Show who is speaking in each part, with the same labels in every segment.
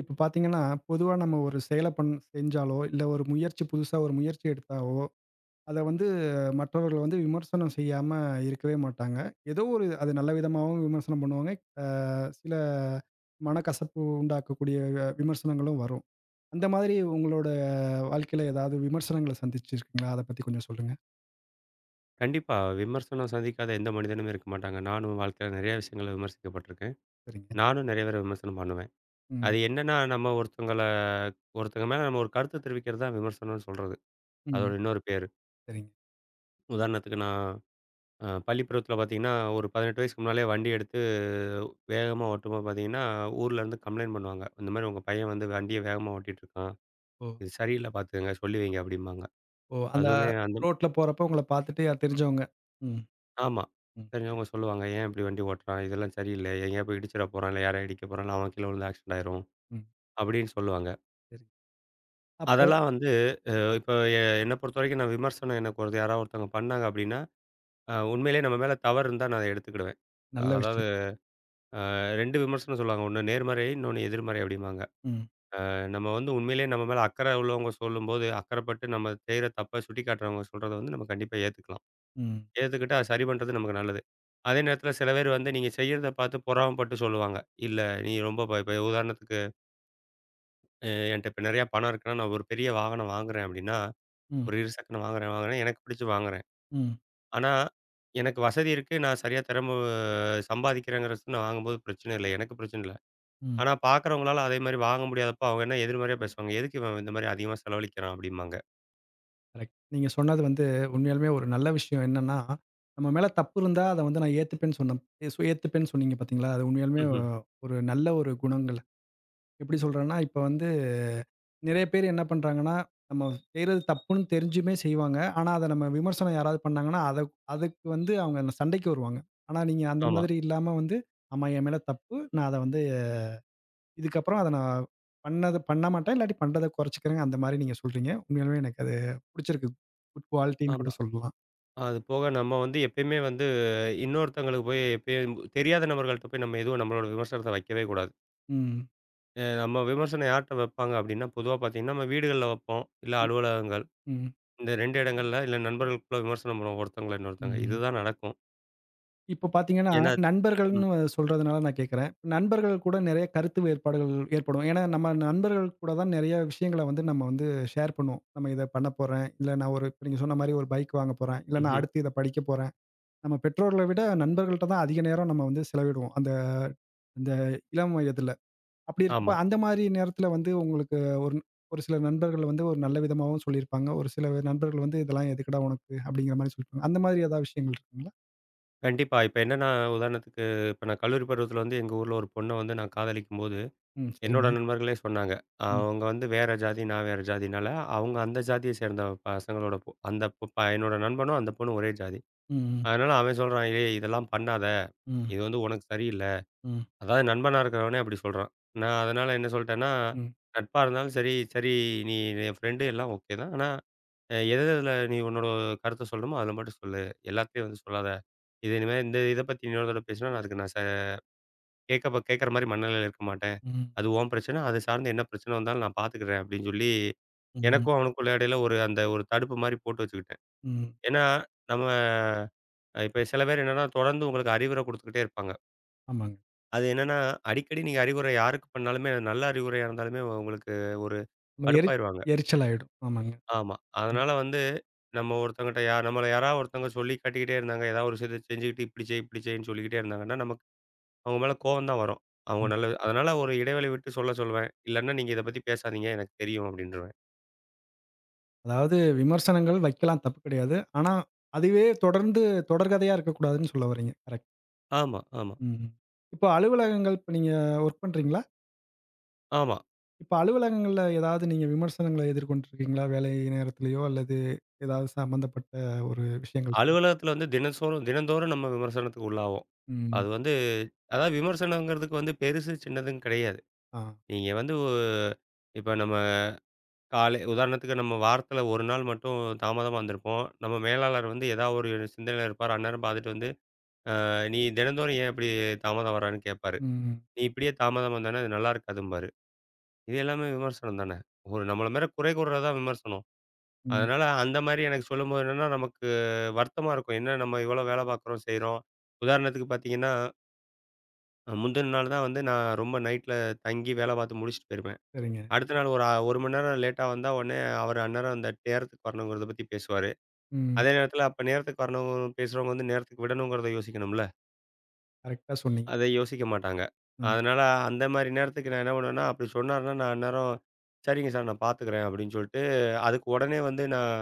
Speaker 1: இப்ப பார்த்தீங்கன்னா, பொதுவா நம்ம ஒரு செயல செஞ்சாலோ, இல்ல ஒரு முயற்சி புதுசா ஒரு முயற்சி எடுத்தாவோ, அத வந்து மற்றவர்கள் வந்து விமர்சனம் செய்யாம இருக்கவே மாட்டாங்க. ஏதோ ஒரு அது நல்ல விதமாவும் விமர்சனம் பண்ணுவாங்க. அ சில மனக்கசப்பு உண்டாக்கக்கூடிய விமர்சனங்களும் வரும். அந்த மாதிரி உங்களோட வாழ்க்கையில ஏதாவது விமர்சனங்கள சந்திச்சிருக்கீங்களா? அத பத்தி கொஞ்சம் சொல்லுங்க.
Speaker 2: கண்டிப்பா. விமர்சனம் சந்திக்காத எந்த மனிதனும் இருக்க மாட்டாங்க. நானும் வாழ்க்கையில நெறைய விஷயங்கள விமர்சிக்கப்பட்டிருக்கேன்.
Speaker 1: சரிங்க.
Speaker 2: நானும் நெறைய பேர விமர்சனம் பண்ணுவேன். அது
Speaker 1: ம்.
Speaker 2: என்னன்னா, நம்ம ஒருத்தங்கள ஒருத்தங்க மேல நம்ம ஒரு கருத்து தெரிவிக்கிறது தான் விமர்சனம்னு சொல்றது. அதோட
Speaker 1: ம்.
Speaker 2: இன்னொரு பேரு.
Speaker 1: சரிங்க.
Speaker 2: உதாரணத்துக்கு நான் பள்ளி பருவத்தில பார்த்தீங்கன்னா, ஒரு 18 வயசுக்கு முன்னாலயே வண்டி எடுத்து வேகமா ஓட்டும்போது பார்த்தீங்கன்னா, ஊர்லருந்து கம்ப்ளைண்ட் பண்ணுவாங்க. இந்த மாரி உங்க பையன் வந்து வண்டிய வேகமா ஓட்டிட்டு இருக்கான்.
Speaker 1: ஓ!
Speaker 2: இது சரியில்ல பார்த்துக்கங்க சொல்லி வைங்க அப்டிம்பாங்க.
Speaker 1: ஓ! அந்த
Speaker 2: அதுவுமே அந்த
Speaker 1: ரோட்ல போறப்போ உங்கள பார்த்துட்டு யார் தெரிஞ்சவங்க. ம்.
Speaker 2: ஆமா.
Speaker 1: ம்.
Speaker 2: தெரிஞ்சவங்க
Speaker 1: சரி.
Speaker 2: சொல்லுவாங்க. "ஏன் இப்படி வண்டி ஓட்டுறான்? இதெல்லாம் சரியில்ல. எங்கேயா போய் இடிச்சிட போறான், இல்ல யாரையா இடிக்க போறான், அவன் கீழ விழுந்து ஆக்சிடென்ட் ஆயிரும்."
Speaker 1: ம்.
Speaker 2: அப்படின்னு சொல்லுவாங்க.
Speaker 1: சரி. அப்போ
Speaker 2: அதெல்லாம் வந்து இப்ப என்ன பொறுத்தவரைக்கும் நான் விமர்சனம் எனக்கு ஒரு யாராவது ஒருத்தவங்க பண்ணாங்க அப்படின்னா, உண்மையிலேயே நம்ம மேல தவறு இருந்தா நான் அத எடுத்துக்கிடுவேன்.
Speaker 1: நல்ல
Speaker 2: அதாவது
Speaker 1: விஷயம்.
Speaker 2: அ 2 விமர்சனம் சொல்லுவாங்க. ஒண்ணு நேர்மறை, இன்னொன்னு எதிர்மறை அப்படிம்பாங்க.
Speaker 1: ம்.
Speaker 2: நம்ம வந்து உண்மையிலேயே நம்ம மேல அக்கறை உள்ளவங்க சொல்லும்போது, அக்கறைப்பட்டு நம்ம செய்ற தப்ப சுட்டிக்காட்டுறவங்க சொல்றத வந்து நம்ம கண்டிப்பா ஏத்துக்கலாம்.
Speaker 1: ம்.
Speaker 2: ஏத்துக்கிட்டு அத சரி பண்றது நமக்கு நல்லது. அதே நேரத்தில சில பேர் வந்து நீங்க செய்யறத பார்த்து பொறாமப்பட்டு சொல்லுவாங்க. இல்ல நீ ரொம்ப இப்ப இப்ப உதாரணத்துக்கு என்ட்ட இப்ப நெறையா பணம் இருக்குன்னா, நான் ஒரு பெரிய வாகனம் வாங்குறேன் அப்டின்னா,
Speaker 1: ம்.
Speaker 2: ஒரு இருசக்கர வாங்குறேன் வாங்குறேன் எனக்கு பிடிச்சு வாங்குறேன்.
Speaker 1: ம்.
Speaker 2: ஆனா எனக்கு வசதி இருக்கு. நான் சரியா திறம சம்பாதிக்கிறேங்கிற பட்சத்துல நான் வாங்கும்போது பிரச்சனை இல்ல. எனக்கு பிரச்சனை இல்ல.
Speaker 1: ம்.
Speaker 2: ஆனா பார்க்குறவங்களால அதே மாரி வாங்க முடியாதப்போ அவங்க என்ன எதிர்மறையா பேசுவாங்க. எதுக்கு இவன் இந்த மாரி அதிகமா செலவழிக்கிறான் அப்டிம்பாங்க.
Speaker 1: கரெக்ட். நீங்க சொன்னது வந்து உண்மையாலுமே ஒரு நல்ல விஷயம் என்னன்னா, நம்ம மேல தப்பு இருந்தா அத வந்து நான் ஏத்துப்பேன்னு சொன்னேன். சோ ஏத்துப்பேன்னு சொன்னீங்க பார்த்தீங்களா? அது உண்மையாலுமே
Speaker 2: ம்ஹ்ம்.
Speaker 1: ஒரு நல்ல ஒரு குணங்கள். எப்படி சொல்றேன்னா, இப்ப வந்து நெறைய பேர் என்ன பண்றாங்கன்னா, நம்ம செய்றது தப்புன்னு தெரிஞ்சுமே செய்வாங்க. ஆனா, அத நம்ம விமர்சனம் யாராவது பண்ணாங்கன்னா, அத அதுக்கு வந்து அவங்க அந்த சண்டைக்கு வருவாங்க. ஆனா, நீங்க அந்த
Speaker 2: ஆமா,
Speaker 1: மாதிரி இல்லாம வந்து, ஆமா என் மேல தப்பு. நான் அத வந்து இதுக்கப்புறம் அத நான் பண்ணது பண்ண மாட்டேன். இல்லாட்டி பண்றத குறைச்சுக்கிறேங்க. அந்த மாரி நீங்க சொல்றீங்க. உண்மையாலுமே எனக்கு அது புடிச்சிருக்கு. குட் குவாலிட்டின்னு கூட
Speaker 2: ஆமா.
Speaker 1: சொல்லலாம்.
Speaker 2: அது போக நம்ம வந்து எப்பயுமே வந்து இன்னொருத்தங்களுக்கு போய் எப்பயும் தெரியாத நபர்கள்ட்ட போய் நம்ம எதுவும் நம்மளோட விமர்சனத்த வைக்கவே கூடாது.
Speaker 1: ம்.
Speaker 2: நம்ம விமர்சனம் யார்ட்ட வைப்பாங்க அப்படின்னா, பொதுவா பார்த்தீங்கன்னா, நம்ம வீடுகள்ல வைப்போம். இல்ல அலுவலகங்கள்.
Speaker 1: ம்.
Speaker 2: இந்த 2 இடங்கள்ல, இல்ல நண்பர்களுக்குள்ள விமர்சனம் பண்ணுவோம். ஒருத்தங்கள இன்னொருத்தங்க.
Speaker 1: ம்.
Speaker 2: இதுதான் நடக்கும்.
Speaker 1: இப்போ பார்த்தீங்கன்னா,
Speaker 2: ஏன்னா ம்.
Speaker 1: நண்பர்கள்ன்னு சொல்றதுனால நான் கேட்கிறேன். நண்பர்கள் கூட நெறைய கருத்து வேறுபாடுகள் ஏற்படும். ஏன்னா, நம்ம நண்பர்கள் கூட தான் நெறைய விஷயங்கள வந்து நம்ம வந்து ஷேர் பண்ணுவோம். நம்ம இத பண்ண போறேன். இல்ல நான் ஒரு இப்ப நீங்க சொன்ன மாரி ஒரு பைக் வாங்க போறேன். இல்ல நான்
Speaker 2: ம்ஹ்ம்.
Speaker 1: அடுத்து இத படிக்க போறேன். நம்ம பெற்றோர்கள விட நண்பர்கள்ட்ட தான் அதிக நேரம் நம்ம வந்து செலவிடுவோம். அந்த இந்த இளம் வயதில. அப்படி இருக்கப்ப,
Speaker 2: ஆமா.
Speaker 1: அந்த மாரி நேரத்துல வந்து உங்களுக்கு ஒரு ஒரு சில நண்பர்கள் வந்து ஒரு நல்ல விதமாவும் சொல்லியிருப்பாங்க. ஒரு சில நண்பர்கள் வந்து "இதெல்லாம் எதுக்குடா உனக்கு?" அப்படிங்கிற மாரி சொல்லியிருப்பாங்க. அந்த மாதிரி ஏதாவது விஷயங்கள் இருக்குங்களா?
Speaker 2: கண்டிப்பா. இப்ப என்னன்னா, உதாரணத்துக்கு இப்ப நான் கல்லூரி பருவத்தில வந்து எங்க ஊர்ல ஒரு பொண்ண வந்து நான் காதலிக்கும்போது
Speaker 1: ம்.
Speaker 2: என்னோட
Speaker 1: சரிங்க.
Speaker 2: நண்பர்களே சொன்னாங்க.
Speaker 1: ம்.
Speaker 2: அவங்க வந்து வேற ஜாதி, நான் வேற ஜாதினால, அவங்க அந்த ஜாதிய சேர்ந்த பசங்களோட பொ அந்த பொ ப என்னோட நண்பனும் அந்த பொண்ணும் ஒரே ஜாதி.
Speaker 1: ம்.
Speaker 2: அதனால அவன் சொல்றான், "ஏய் இதெல்லாம் பண்ணாத.
Speaker 1: ம்.
Speaker 2: இது வந்து உனக்கு சரியில்ல."
Speaker 1: ம்.
Speaker 2: அதாவது நண்பனா இருக்கிறவனே அப்படி சொல்றான். நான் அதனால என்ன சொல்ட்டேன்னா,
Speaker 1: ம்.
Speaker 2: நட்பா இருந்தாலும் சரி, நீ என் ஃப்ரெண்டு எல்லாம் ஓகே தான். ஆனா எது எதுல நீ உன்னோட கருத்த சொல்லணுமோ அதில மட்டும் சொல்லு. எல்லாத்தையும் வந்து சொல்லாத. இது இனிமே இந்த இத பத்தி இன்னொரு தடவ பேசினா நான் அதுக்கு நான் ச கேட்கப்ப கேட்கற மாரி மனநிலையில இருக்க மாட்டேன்.
Speaker 1: ம்.
Speaker 2: அது உன் பிரச்சனை. அது சார்ந்து என்ன பிரச்சனை வந்தாலும் நான் பார்த்துக்கிறேன் அப்படின்னு சொல்லி,
Speaker 1: ம்.
Speaker 2: எனக்கும் அவனுக்குள்ள இடையில ஒரு அந்த ஒரு தடுப்பு மாரி போட்டு வச்சுக்கிட்டேன்.
Speaker 1: ம்.
Speaker 2: ஏன்னா, நம்ம இப்ப சில பேர் என்னன்னா, தொடர்ந்து உங்களுக்கு அறிவுரை குடுத்துக்கிட்டே இருப்பாங்க.
Speaker 1: ஆமாங்க.
Speaker 2: அது என்னன்னா, அடிக்கடி நீங்க அறிவுரை யாருக்கு பண்ணாலுமே, அது நல்ல அறிவுரையா இருந்தாலுமே உங்களுக்கு ஒரு
Speaker 1: நம்ம
Speaker 2: கடுப்பாயிருவாங்க.
Speaker 1: எரிச்சல் ஆயிடும். ஆமாங்க.
Speaker 2: ஆமா.
Speaker 1: ம்.
Speaker 2: அதனால வந்து நம்ம ஒருத்தவங்கட்ட நம்மள யாராவது ஒருத்தவங்க சொல்லி காட்டிக்கிட்டே இருந்தாங்க. ஏதாவது ஒரு விஷயத்த செஞ்சுக்கிட்டு, இப்படி செய், இப்படி செய்ன்னு சொல்லிக்கிட்டே இருந்தாங்கன்னா, நமக்கு அவங்க மேல கோவம் தான் வரும். அவங்க
Speaker 1: ம்.
Speaker 2: நல்லது அதனால ஒரு இடைவெளி விட்டு சொல்ல சொல்லுவேன். இல்லன்னா நீங்க இத பத்தி பேசாதீங்க எனக்கு தெரியும் அப்டின்ருவேன்.
Speaker 1: அதாவது விமர்சனங்கள் வைக்கலாம் தப்பு கிடையாது. ஆனா, அதுவே தொடர்ந்து தொடர்கதையா இருக்கக்கூடாதுன்னு சொல்ல வர்றீங்க. கரெக்ட்.
Speaker 2: ஆமா, ஆமா,
Speaker 1: ம். இப்போ அலுவலகங்கள் இப்ப நீங்க வொர்க் பண்றீங்களா?
Speaker 2: ஆமா.
Speaker 1: இப்ப அலுவலகங்கள்ல ஏதாவது நீங்க விமர்சனங்கள எதிர்கொண்டிருக்கீங்களா? வேலை நேரத்திலயோ அல்லது ஏதாவது சம்மந்தப்பட்ட ஒரு விஷயங்கள் சொல்.
Speaker 2: அலுவலகத்துல வந்து தினசோறும் தினந்தோறும் நம்ம விமர்சனத்துக்கு உள்ளாவோம். அது
Speaker 1: ம்.
Speaker 2: வந்து அதாவது விமர்சனங்கிறதுக்கு வந்து பெருசு, சின்னதுன்னு கிடையாது.
Speaker 1: ஆ.
Speaker 2: நீங்க வந்து இப்ப நம்ம காலை உதாரணத்துக்கு நம்ம வாரத்துல 1 நாள் மட்டும் தாமதமா வந்திருப்போம். நம்ம மேலாளர் வந்து ஏதாவது ஒரு சிந்தனையில இருப்பார். அந்நேரம் பார்த்துட்டு வந்து, "நீ தினந்தோறும் ஏன் இப்படி தாமதம் வர்றன்னு?" கேட்பாரு.
Speaker 1: ம்.
Speaker 2: "நீ இப்படியே தாமதம் வந்தேன்னா அது நல்லா இருக்காதும்பாரு." இது எல்லாமே விமர்சனம் தானே. ஒரு நம்மள மேல குறை கூறுறது தான் விமர்சனம்.
Speaker 1: ம்.
Speaker 2: அதனால அந்த மாரி எனக்கு சொல்லும்போது என்னன்னா, நமக்கு வருத்தமா இருக்கும். என்ன நம்ம இவ்வளோ வேலை பார்க்குறோம், செய்றோம். உதாரணத்துக்கு பார்த்தீங்கன்னா, முந்தின நாள் தான் வந்து நான் ரொம்ப நைட்ல தங்கி வேலை பார்த்து முடிச்சுட்டு போயிருப்பேன்.
Speaker 1: சரிங்க.
Speaker 2: அடுத்த நாள் ஒரு 1 மணி நேரம் லேட்டா வந்தா உடனே அவர் அந்நேரம் அந்த நேரத்துக்கு வரணுங்கிறத பத்தி பேசுவாரு.
Speaker 1: ம்.
Speaker 2: அதே நேரத்தில அப்ப நேரத்துக்கு வரணும் பேசுறவங்க வந்து நேரத்துக்கு விடணுங்கிறத யோசிக்கணும்ல.
Speaker 1: கரெக்ட்டா சொன்னீங்க.
Speaker 2: அத யோசிக்க மாட்டாங்க.
Speaker 1: ம்.
Speaker 2: அதனால அந்த மாரி நேரத்துக்கு நான் என்ன பண்ணுவேன்னா, அப்படி சொன்னாருன்னா நான் அந்நேரம், "சரிங்க சார் நான் பார்த்துக்கிறேன்" அப்படின்னு சொல்லிட்டு, அதுக்கு உடனே வந்து நான்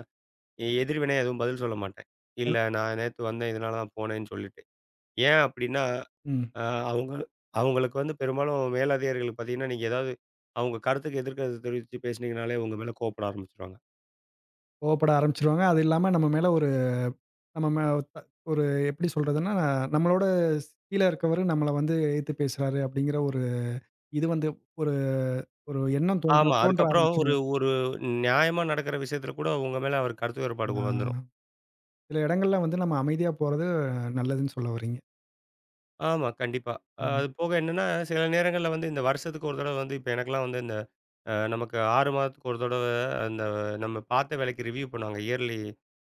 Speaker 2: எதிர்வினை எதுவும் பதில் சொல்ல மாட்டேன். "இல்ல
Speaker 1: எல்
Speaker 2: நான் நேத்து வந்தேன், இதனால தான் போனேன்னு" சொல்லிட்டு. ஏன் அப்படின்னா,
Speaker 1: ம்.
Speaker 2: அ அவங்க அவங்களுக்கு வந்து பெரும்பாலும் மேலதிகாரிகளுக்கு பார்த்தீங்கன்னா, நீங்க ஏதாவது அவங்க கருத்துக்கு எதிர்க்கருத்து தெரிவிச்சு பேசுனீங்கனாலே உங்க மேல கோவப்பட ஆரம்பிச்சுருவாங்க.
Speaker 1: கோவப்பட ஆரம்பிச்சுருவாங்க. அது இல்லாம நம்ம மேல ஒரு நம்ம மே த ஒரு எப்படி சொல்றதுன்னா, நம்மளோட கீழ இருக்கவரு நம்மள வந்து எதிர்த்து பேசுறாரு அப்படிங்கிற ஒரு இது வந்து ஒரு ஒரு எண்ணம் தோன்ற
Speaker 2: ஆமா.
Speaker 1: தோன்ற
Speaker 2: அதுக்கப்புறம் ஒரு
Speaker 1: ஆரம்பிச்சுரும்.
Speaker 2: ஒரு நியாயமா நடக்கிற விஷயத்துல கூட உங்க மேல அவருக்கு கருத்து
Speaker 1: ஆ,
Speaker 2: வேறுபாடு வந்துரும்.
Speaker 1: சில இடங்கள்ல வந்து நம்ம அமைதியா போறது நல்லதுன்னு சொல்ல வர்றீங்க.
Speaker 2: ஆமா, கண்டிப்பா.
Speaker 1: ம்.
Speaker 2: அது போக என்னன்னா, சில நேரங்கள்ல வந்து இந்த வருஷத்துக்கு ஒரு தடவ வந்து இப்ப எனக்கெல்லாம் வந்து இந்த நமக்கு 6 மாதத்துக்கு ஒரு தடவ அந்த நம்ம பார்த்த வேலைக்கு ரிவ்யூ பண்ணுவாங்க. இயர்லி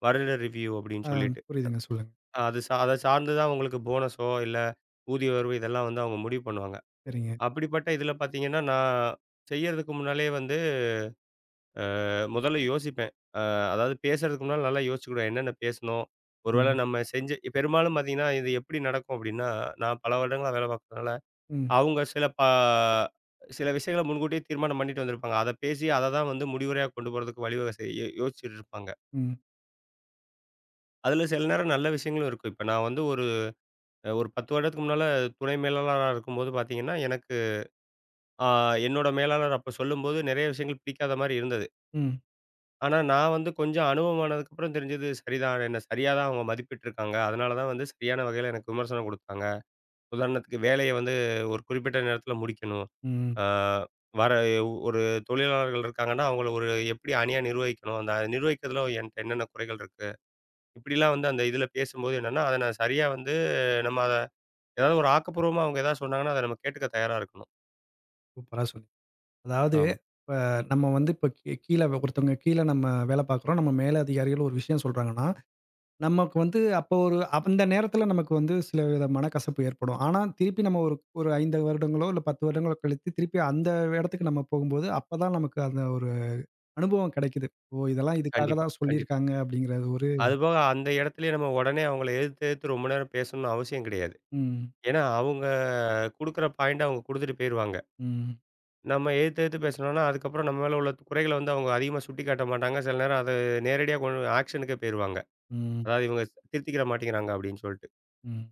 Speaker 2: வருட ரிவ்யூ அப்படின்னு
Speaker 1: ஆ,
Speaker 2: சொல்லிட்டு.
Speaker 1: புரியுதுங்க. சொல்லுங்க.
Speaker 2: அது சா அத சார்ந்து தான் உங்களுக்கு போனஸோ, இல்ல ஊதிய உயர்வு இதெல்லாம் வந்து அவங்க முடிவு பண்ணுவாங்க.
Speaker 1: சரிங்க.
Speaker 2: அப்படிப்பட்ட இதில பார்த்தீங்கன்னா, நான் செய்யறதுக்கு முன்னாலயே வந்து முதல்ல யோசிப்பேன். அ அதாவது பேசுறதுக்கு முன்னால நல்லா யோசிச்சுக்கிடுவேன். என்னென்ன பேசணும்? ஒருவேள
Speaker 1: ம்.
Speaker 2: நம்ம செஞ்ச பெரும்பாலும் பார்த்தீங்கன்னா, இது எப்படி நடக்கும் அப்படின்னா, நான் பல வருடங்களா வேலை பார்க்கறதுனால
Speaker 1: ம்.
Speaker 2: அவங்க சில விஷயங்கள முன்கூட்டியே தீர்மானம் பண்ணிட்டு வந்திருப்பாங்க. அத பேசி அத தான் வந்து முடிவுரையா கொண்டு போறதுக்கு வழிவகை செய்ய யோசிச்சுட்டு இருப்பாங்க.
Speaker 1: ம்.
Speaker 2: அதுல சில நேரம் நல்ல விஷயங்களும் இருக்கும். இப்ப நான் வந்து ஒரு ஒரு 10 வருடத்துக்கு முன்னால துணை மேலாளரா இருக்கும்போது பார்த்தீங்கன்னா, எனக்கு ஆ என்னோட மேலாளர் அப்ப சொல்லும்போது நெறைய விஷயங்கள் பிடிக்காத மாரி இருந்தது.
Speaker 1: ம்.
Speaker 2: ஆனா நான் வந்து கொஞ்சம் அனுபவமானதுக்கு அப்புறம் தெரிஞ்சது சரிதான். என்ன சரியா தான் அவங்க மதிப்பிட்டுருக்காங்க. அதனால தான் வந்து சரியான வகையில எனக்கு விமர்சனம் குடுத்தாங்க. உதாரணத்துக்கு வேலைய வந்து ஒரு குறிப்பிட்ட நேரத்தில முடிக்கணும்.
Speaker 1: ம்.
Speaker 2: ஆ வர ஒரு தொழிலாளர்கள் இருக்காங்கன்னா, அவங்கள ஒரு எப்படி அணியா நிர்வகிக்கணும். அந்த நிர்வகிக்கிறதுல என்ட்ட என்னென்ன குறைகள் இருக்கு. இப்படிலாம் வந்து அந்த இதில பேசும்போது என்னன்னா, அத நான் சரியா வந்து நம்ம அத ஏதாவது ஒரு ஆக்கப்பூர்வமா அவங்க ஏதாவது சொன்னாங்கன்னா, அத நம்ம கேட்டுக்க தயாரா இருக்கணும்.
Speaker 1: சூப்பரா சொன்னீங்க. அதாவது,
Speaker 2: ஆமா.
Speaker 1: இப்ப நம்ம வந்து இப்ப கீழ ஒருத்தவங்க கீழ நம்ம வேல பார்க்குறோம். நம்ம மேல அதிகாரிகள் ஒரு விஷயம் சொல்றாங்கன்னா, நமக்கு வந்து அப்போ ஒரு அந்த நேரத்தில நமக்கு வந்து சில வித மனக்கசப்பு ஏற்படும். ஆனா, திருப்பி நம்ம ஒரு ஒரு 5 வருடங்களோ, இல்ல 10 வருடங்களோ கழித்து திருப்பி அந்த இடத்துக்கு நம்ம போகும்போது, அப்பதான் நமக்கு அந்த ஒரு அனுபவம் கிடைக்குது. ஓ! இதெல்லாம் இதுக்காக
Speaker 2: கண்டிப்பா,
Speaker 1: தான்
Speaker 2: கண்டிப்பா.
Speaker 1: சொல்லியிருக்காங்க அப்படிங்கிறது ஒரு.
Speaker 2: அதுபோக அந்த இடத்துலயே நம்ம உடனே அவங்கள எதிர்த்து எதிர்த்து ரொம்ப நேரம் பேசணும்னு அவசியம் கிடையாது.
Speaker 1: ம்.
Speaker 2: ஏன்னா அவங்க குடுக்குற பாயிண்ட்ட அவங்க குடுத்துட்டு போயிருவாங்க.
Speaker 1: ம்.
Speaker 2: நம்ம எதிர்த்து எதிர்த்து பேசினோம்னா, அதுக்கப்புறம் நம்ம மேல உள்ள குறைகள வந்து அவங்க அதிகமா சுட்டிக்காட்ட மாட்டாங்க. சில நேரம் அது நேரடியா கொண்டு ஆக்ஷனுக்கே போயிருவாங்க.
Speaker 1: ம்.
Speaker 2: அதாவது இவங்க திருத்திக்கிற மாட்டேங்கிறாங்க அப்படின்னு சொல்லிட்டு.
Speaker 1: ம்.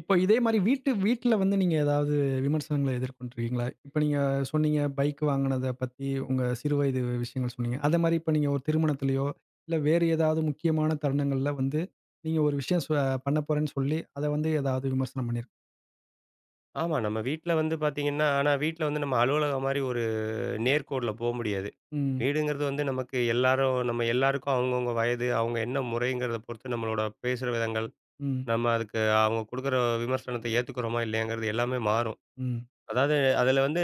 Speaker 1: இப்போ இதே மாரி வீட்டு வீட்ல வந்து நீங்க ஏதாவது விமர்சனங்கள எதிர்கொண்டிருக்கீங்களா? இப்ப நீங்க சொன்னீங்க பைக் வாங்குனத பத்தி உங்க சிறு வயது விஷயங்கள் சொன்னீங்க. அத மாரி இப்ப நீங்க ஒரு திருமணத்திலயோ, இல்ல வேறு ஏதாவது முக்கியமான தருணங்கள்ல வந்து, நீங்க ஒரு விஷயம் பண்ண போறேன்னு சொல்லி, அத வந்து ஏதாவது விமர்சனம் பண்ணிரு.
Speaker 2: ஆமா, நம்ம வீட்ல வந்து பார்த்தீங்கன்னா ஆனா வீட்ல வந்து நம்ம அலுவலகம் மாரி ஒரு நேர்கோட்ல போ முடியாது.
Speaker 1: ம்,
Speaker 2: வீடுங்கிறது வந்து நமக்கு எல்லாரும் நம்ம எல்லாருக்கும் அவங்கவங்க வயது, அவங்க என்ன முறைங்கிறத பொறுத்து நம்மளோட பேசுற விதங்கள்,
Speaker 1: ம்,
Speaker 2: நம்ம அதுக்கு அவங்க குடுக்குற விமர்சனத்த ஏத்துக்கிறோமா இல்லையாங்கிறது எல்லாமே மாறும்.
Speaker 1: ம்,
Speaker 2: அதாவது அதில வந்து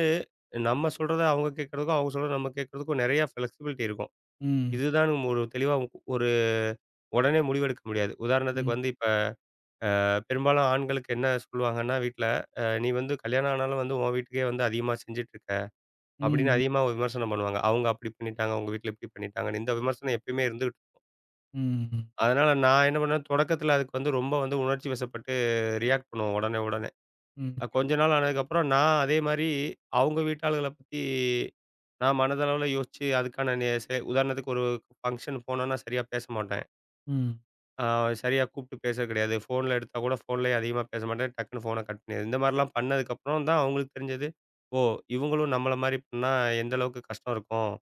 Speaker 2: நம்ம சொல்றத அவங்க கேட்கறதுக்கும், அவங்க சொல்றத நம்ம கேட்கறதுக்கும் நெறைய ஃப்ளெக்சிபிலிட்டி இருக்கும்.
Speaker 1: ம்,
Speaker 2: இதுதான் ஒரு ஒரு உடனே முடிவெடுக்க முடியாது. உதாரணத்துக்கு
Speaker 1: ம்,
Speaker 2: வந்து இப்ப பெரும்பாலும் ஆண்களுக்கு என்ன சொல்லுவாங்கன்னா வீட்ல, "நீ வந்து கல்யாணம் ஆனாலும் வந்து உன் வீட்டுக்கே வந்து அதிகமா செஞ்சுட்டு இருக்க" அப்படின்னு
Speaker 1: ம்,
Speaker 2: அதிகமா விமர்சனம் பண்ணுவாங்க. அவங்க அப்படி பண்ணிட்டாங்க, உங்க வீட்ல இப்படி பண்ணிட்டாங்கன்னு. இந்த விமர்சனம் எப்பயுமே இருந்துகிட்டு இருக்கும்.
Speaker 1: ம்,
Speaker 2: அதனால நான் என்ன பண்ணேன், தொடக்கத்தில அதுக்கு வந்து ரொம்ப வந்து உணர்ச்சி வசப்பட்டு ரியாக்ட் பண்ணுவேன் உடனே உடனே.
Speaker 1: ம்,
Speaker 2: கொஞ்ச
Speaker 1: புரியுது.
Speaker 2: நாள் ஆனதுக்கப்புறம் நான் அதே மாரி அவங்க வீட்டாளுகள பத்தி நான் மனதளவுல யோசிச்சு அதுக்கான நே செ உதாரணத்துக்கு ஒரு ஃபங்ஷன் போனோம்னா சரியா பேச மாட்டேன்.
Speaker 1: ம்.
Speaker 2: ஆ சரியா கூப்பிட்டு பேசுறது கிடையாது. ஃபோன்ல எடுத்தா கூட ஃபோன்லயே அதிகமா பேச மாட்டேன். டக்குனு ஃபோன கட் பண்ணிடுறது. இந்த மாரிலாம் பண்ணதுக்கப்புறம் தான் அவங்களுக்கு தெரிஞ்சது. ஓ! இவங்களும் நம்மள மாரி பண்ணா எந்த அளவுக்கு கஷ்டம் இருக்கும்.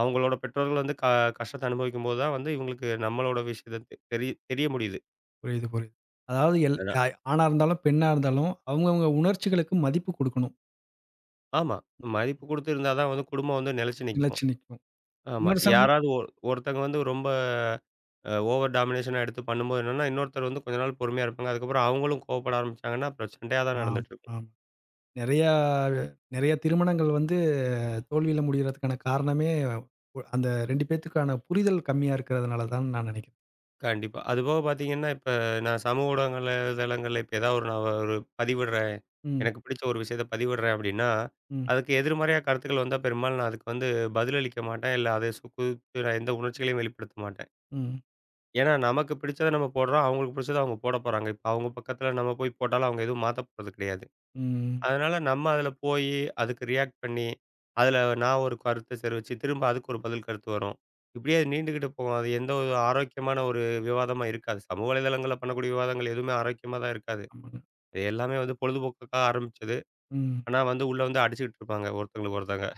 Speaker 2: அவங்களோட பெற்றோர்கள் வந்து கஷ்டத்த அனுபவிக்கும்போது தான் வந்து இவங்களுக்கு நம்மளோட விஷயத்த தெரிய தெரிய முடியுது.
Speaker 1: புரியுது, புரியுது. அதாவது
Speaker 2: அதான்.
Speaker 1: அ ஆணா இருந்தாலும், பெண்ணா இருந்தாலும் அவங்கவங்க உணர்ச்சிகளுக்கு மதிப்பு குடுக்கணும்.
Speaker 2: ஆமா. மதிப்பு குடுத்து இருந்தா தான் வந்து குடும்பம் வந்து நிலைச்சு நிக்கும்.
Speaker 1: நிலைச்சு நிக்கும்.
Speaker 2: ஆமா.
Speaker 1: விமர்சனம்
Speaker 2: யாராவது ஒருத்தங்க வந்து ரொம்ப ஓவர் டாமினேஷனா எடுத்து பண்ணும்போது என்னன்னா, இன்னொருத்தர் வந்து கொஞ்ச நாள் பொறுமையா இருப்பாங்க. அதுக்கப்புறம் அவங்களும் கோவப்பட ஆரம்பிச்சாங்கன்னா, அப்புறம் சண்டையா தான்
Speaker 1: ஆம்,
Speaker 2: நடந்துட்டுருக்கும்.
Speaker 1: ஆம். நெறையா நெறைய திருமணங்கள் வந்து தோல்வியில முடியறதுக்கான காரணமே, அந்த 2 பேத்துக்கான புரிதல் கம்மியா இருக்கிறதுனால தான்னு நான் நெனைக்கிறேன்.
Speaker 2: கண்டிப்பா. அதுபோக பார்த்தீங்கன்னா, இப்ப நான் சமூக ஊடகங்கள்ல தளங்கள்ல இப்ப ஏதாவது ஒரு நான் ஒரு பதிவிடுறேன்.
Speaker 1: ம்,
Speaker 2: எனக்கு பிடிச்ச ஒரு விஷயத்த பதிவிடுறேன் அப்டின்னா,
Speaker 1: ம்,
Speaker 2: அதுக்கு எதிர்மறையா கருத்துக்கள் வந்தா பெரும்பாலும் நான் அதுக்கு வந்து பதிலளிக்க மாட்டேன். இல்ல அதை குறித்து நான் எந்த உணர்ச்சிகளையும் வெளிப்படுத்த மாட்டேன்.
Speaker 1: ம்,
Speaker 2: ஏன்னா நமக்கு பிடிச்சத நம்ம போடுறோம். அவங்களுக்கு பிடிச்சத அவங்க போட போறாங்க. இப்ப அவங்க பக்கத்துல நம்ம போய் போட்டாலும் அவங்க எதுவும் மாத்த போறது கிடையாது.
Speaker 1: ம்.
Speaker 2: அதனால நம்ம அதுல போயி, அதுக்கு ரியாக்ட் பண்ணி, அதுல நான் ஒரு கருத்த தெரிவிச்சு, திரும்ப அதுக்கு ஒரு பதில் கருத்து வரும். இப்படியே அது நீண்டுகிட்டு போகும். அது எந்த ஒரு ஆரோக்கியமான ஒரு விவாதமா இருக்காது. சமூக வலைதளங்கள்ல பண்ணக்கூடிய விவாதங்கள் எதுவுமே ஆரோக்கியமா தான் இருக்காது.
Speaker 1: ஆமாங்க.
Speaker 2: இது எல்லாமே வந்து பொழுதுபோக்குக்காக ஆரம்பிச்சது.
Speaker 1: ம்.
Speaker 2: ஆனா வந்து உள்ள வந்து அடிச்சுக்கிட்டு இருப்பாங்க ஒருத்தங்களுக்கு ஒருத்தங்க.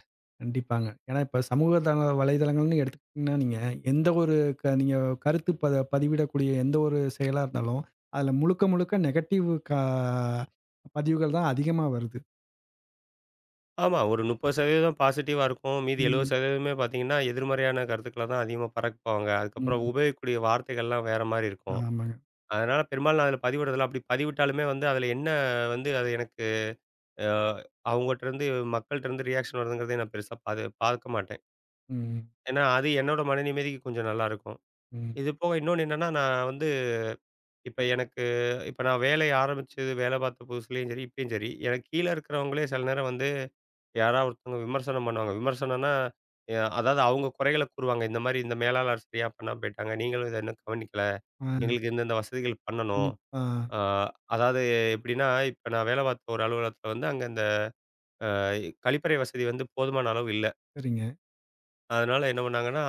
Speaker 1: கண்டிப்பாங்க. ஏன்னா இப்ப சமூக தள வலைதளங்கள்னு எடுத்துக்கிட்டீங்கன்னா, நீங்க எந்த ஒரு நீங்க கருத்து பதிவிடக்கூடிய எந்த ஒரு செயலா இருந்தாலும், அதுல முழுக்க முழுக்க நெகட்டிவ் பதிவுகள் தான் அதிகமா வருது.
Speaker 2: ஆமா, ஒரு 30% பாசிட்டிவா இருக்கும். மீதி
Speaker 1: ம்,
Speaker 2: 70%மே பார்த்தீங்கன்னா, எதிர்மறையான கருத்துக்கள தான் அதிகமா பரப்புவாங்க. அதுக்கப்புறம்
Speaker 1: ம்.
Speaker 2: உபயோகிக்கக்கூடிய வார்த்தைகள்லாம் வேற மாரி இருக்கும்.
Speaker 1: ஆமாங்க.
Speaker 2: அதனால பெரும்பாலும் நான் அதுல பதிவிடுறதில்ல. அப்படி பதிவிட்டாலுமே வந்து அதுல என்ன வந்து அது எனக்கு அ அவங்கட்டருந்து மக்கள்ட்டருந்து ரியாக்ஷன் வருதுங்கிறதே நான் பெருசா பாது பார்க்க மாட்டேன்.
Speaker 1: ம்,
Speaker 2: ஏன்னா, அது என்னோட மன நிம்மதிக்கு கொஞ்சம் நல்லாருக்கும்.
Speaker 1: ம்.
Speaker 2: இது போக இன்னொன்னு என்னன்னா, நான் வந்து இப்ப எனக்கு இப்ப நான் வேலைய ஆரம்பிச்சு வேலை பார்த்த புதுசுலயும் சரி, இப்பயும் சரி, எனக்கு கீழ இருக்கிறவங்களே சில நேரம் வந்து யாராவது ஒருத்தவங்க விமர்சனம் பண்ணுவாங்க. விமர்சனம்னா, அதாவது அவங்க குறைகள கூறுவாங்க. இந்த மாரி இந்த மேலாளர் சரியா பண்ணாம போயிட்டாங்க. நீங்களும் இத இன்னும் கவனிக்கல.
Speaker 1: ஆ,
Speaker 2: எங்களுக்கு இந்தந்த வசதிகள் பண்ணணும்.
Speaker 1: கண்டிப்பா.
Speaker 2: அ அதாவது எப்படின்னா, இப்ப நான் வேலை பார்த்த ஒரு அலுவலகத்துல வந்து அங்க இந்த கழிப்பறை வசதி வந்து போதுமான அளவு இல்ல.
Speaker 1: சரிங்க.
Speaker 2: அதனால என்ன பண்ணாங்கன்னா,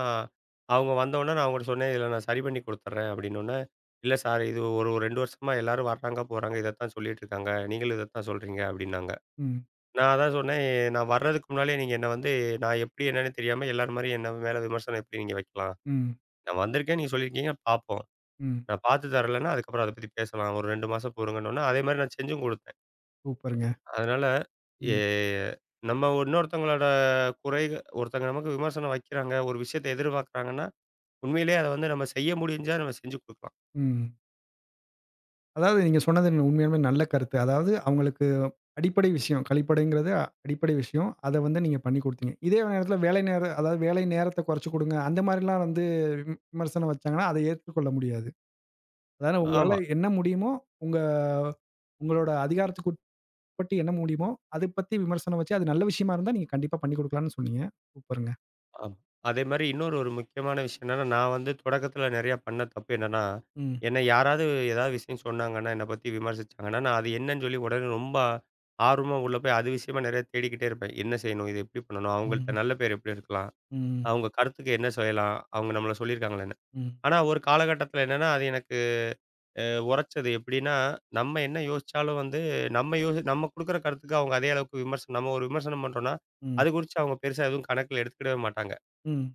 Speaker 2: அவங்க வந்தவுடனே நான் அவங்கட்ட சொன்னேன், "இதில நான் சரி பண்ணி குடுத்துர்றேன்." அப்படின்னோன்னே, "இல்ல சார், இது ஒரு 2 வருஷமா எல்லாரும் வர்றாங்க, போறாங்க. இதத்தான் சொல்லிட்டு இருக்காங்க. நீங்களும் இதத்தான் சொல்றீங்க." அப்படின்னாங்க.
Speaker 1: ம்,
Speaker 2: நான் அதான் சொன்னேன், "நான் வர்றதுக்கு முன்னாலே நீங்க என்ன வந்து நான் எப்படி என்னன்னு தெரியாம எல்லார் மாரியும் என்ன மேல விமர்சனம் எப்படி நீங்க வைக்கலாம்?
Speaker 1: ம்,
Speaker 2: நான் வந்திருக்கேன், நீங்க சொல்லியிருக்கீங்க, பார்ப்போம்.
Speaker 1: ம்.
Speaker 2: நான் பார்த்து தரலன்னா, அதுக்கப்புறம் அத பத்தி பேசலாம். ஒரு 2 மாசம் பொறுங்கன்னோன்னே, அதே மாரி நான் செஞ்சும் குடுத்தேன்.
Speaker 1: சூப்பருங்க.
Speaker 2: அதனால எ
Speaker 1: ம்,
Speaker 2: நம்ம இன்னொருத்தவங்களோட குறைக ஒருத்தங்க நமக்கு விமர்சனம் வைக்கிறாங்க, ஒரு விஷயத்த எதிர்பார்க்குறாங்கன்னா, உண்மையிலேயே அத வந்து நம்ம செய்ய முடிஞ்சா நம்ம செஞ்சு குடுக்கலாம்.
Speaker 1: ம். அதாவது நீங்க சொன்னது உண்மையாலுமே நல்ல கருத்து. அதாவது அவங்களுக்கு அடிப்படை விஷயம். கழிப்பறைங்கிறது அடிப்படை விஷயம். அத வந்து நீங்க பண்ணி குடுத்தீங்க. இதே நேரத்தில வேலை நேரம் அதாவது வேலை நேரத்த குறைச்சு குடுங்க. அந்த மாரிலாம் வந்து விமர்சனம் வச்சாங்கன்னா, அத ஏற்றுக்கொள்ள முடியாது. அதாவது உங்களால
Speaker 2: ஆமா,
Speaker 1: என்ன முடியுமோ, உங்க உங்களோட அதிகாரத்துக்கு உட்பட்டு என்ன முடியுமோ, அது பத்தி விமர்சனம் வச்சு, அது நல்ல விஷயமா இருந்தா நீங்க கண்டிப்பா பண்ணி குடுக்கலாம்னு சொன்னீங்க. சூப்பருங்க.
Speaker 2: ஆமா. அதேமாரி இன்னொரு ஒரு முக்கியமான விஷயம் என்னன்னா, நான் வந்து தொடக்கத்தில நெறையா பண்ண தப்பு என்னன்னா,
Speaker 1: ம்,
Speaker 2: என்ன யாராவது ஏதாவது விஷயம் சொன்னாங்கன்னா, என்ன பத்தி விமர்சிச்சாங்கன்னா, நான் அது என்னன்னு சொல்லி உடனே ரொம்ப ஆர்வமா உள்ள போய் அது விஷயமா நெறைய தேடிக்கிட்டே இருப்பேன். என்ன செய்யணும்? இது எப்படி பண்ணணும்? அவங்கள்ட்ட
Speaker 1: ம்,
Speaker 2: நல்ல பேர் எப்படி எடுக்கலாம்?
Speaker 1: ம்,
Speaker 2: அவங்க கருத்துக்கு என்ன செய்யலாம்? அவங்க நம்மள சொல்லியிருக்காங்களா என்ன?
Speaker 1: ம்,
Speaker 2: ஆனா ஒரு காலகட்டத்தில என்னன்னா, அது எனக்கு உரைச்சது எப்படின்னா, நம்ம என்ன யோசிச்சாலும் வந்து நம்ம குடுக்குற கருத்துக்கு அவங்க அதே அளவுக்கு விமர்சனம் நம்ம ஒரு விமர்சனம் பண்றோம்னா,
Speaker 1: ம்,
Speaker 2: அது குறிச்சு அவங்க பெருசா எதுவும் கணக்குல எடுத்துக்கிடவே மாட்டாங்க.
Speaker 1: ம்.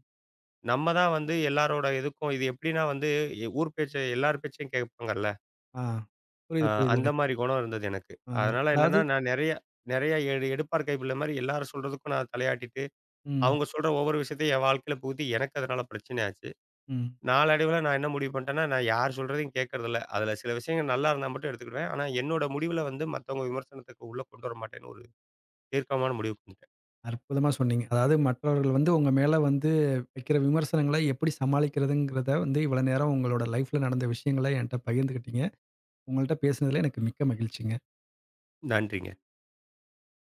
Speaker 2: நம்ம தான் வந்து எல்லாரோட இதுக்கும் இது எப்படின்னா வந்து ஊர் பேச்ச எல்லார் பேச்சையும் கேட்பாங்கல்ல.
Speaker 1: ஆ.
Speaker 2: அ
Speaker 1: புரியுது, புரியுது
Speaker 2: அந்த
Speaker 1: எனக்கு.
Speaker 2: மாரி குணம் இருந்தது எனக்கு.
Speaker 1: அ
Speaker 2: அதனால என்னன்னா
Speaker 1: அதாவது
Speaker 2: நான் நெறைய நெறைய எடு எடுப்பார் கைப்புள்ள மாரி எல்லாரும் சொல்றதுக்கும் நான் தலையாட்டிட்டு,
Speaker 1: ம்,
Speaker 2: அவங்க சொல்ற ஒவ்வொரு விஷயத்தையும் என் வாழ்க்கையில புகுத்தி எனக்கு அதனால பிரச்சனை ஆச்சு.
Speaker 1: ம்.
Speaker 2: நாளடைவுல நான் என்ன முடிவு பண்ணிட்டேன்னா, நான் யார் சொல்றதையும் கேட்கறதில்ல. அதுல சில விஷயங்கள் நல்லா இருந்தா மட்டும் எடுத்துக்கிடுவேன். ஆனா என்னோட முடிவுல வந்து மத்தவங்க விமர்சனத்துக்கு உள்ள கொண்டு வர மாட்டேன்னு ஒரு தீர்க்கமான முடிவுக்கு வந்துட்டேன்.
Speaker 1: அற்புதமா சொன்னீங்க. அதாவது மற்றவர்கள் வந்து உங்க மேல வந்து வைக்கிற விமர்சனங்கள எப்படி சமாளிக்கிறதுங்கிறத வந்து இவ்வளோ நேரம் உங்களோட லைஃப்ல நடந்த விஷயங்கள என்ட்ட பகிர்ந்துக்கிட்டீங்க. உங்கள்ட்ட பேசினதுல எனக்கு மிக்க மகிழ்ச்சிங்க.
Speaker 2: நன்றிங்க.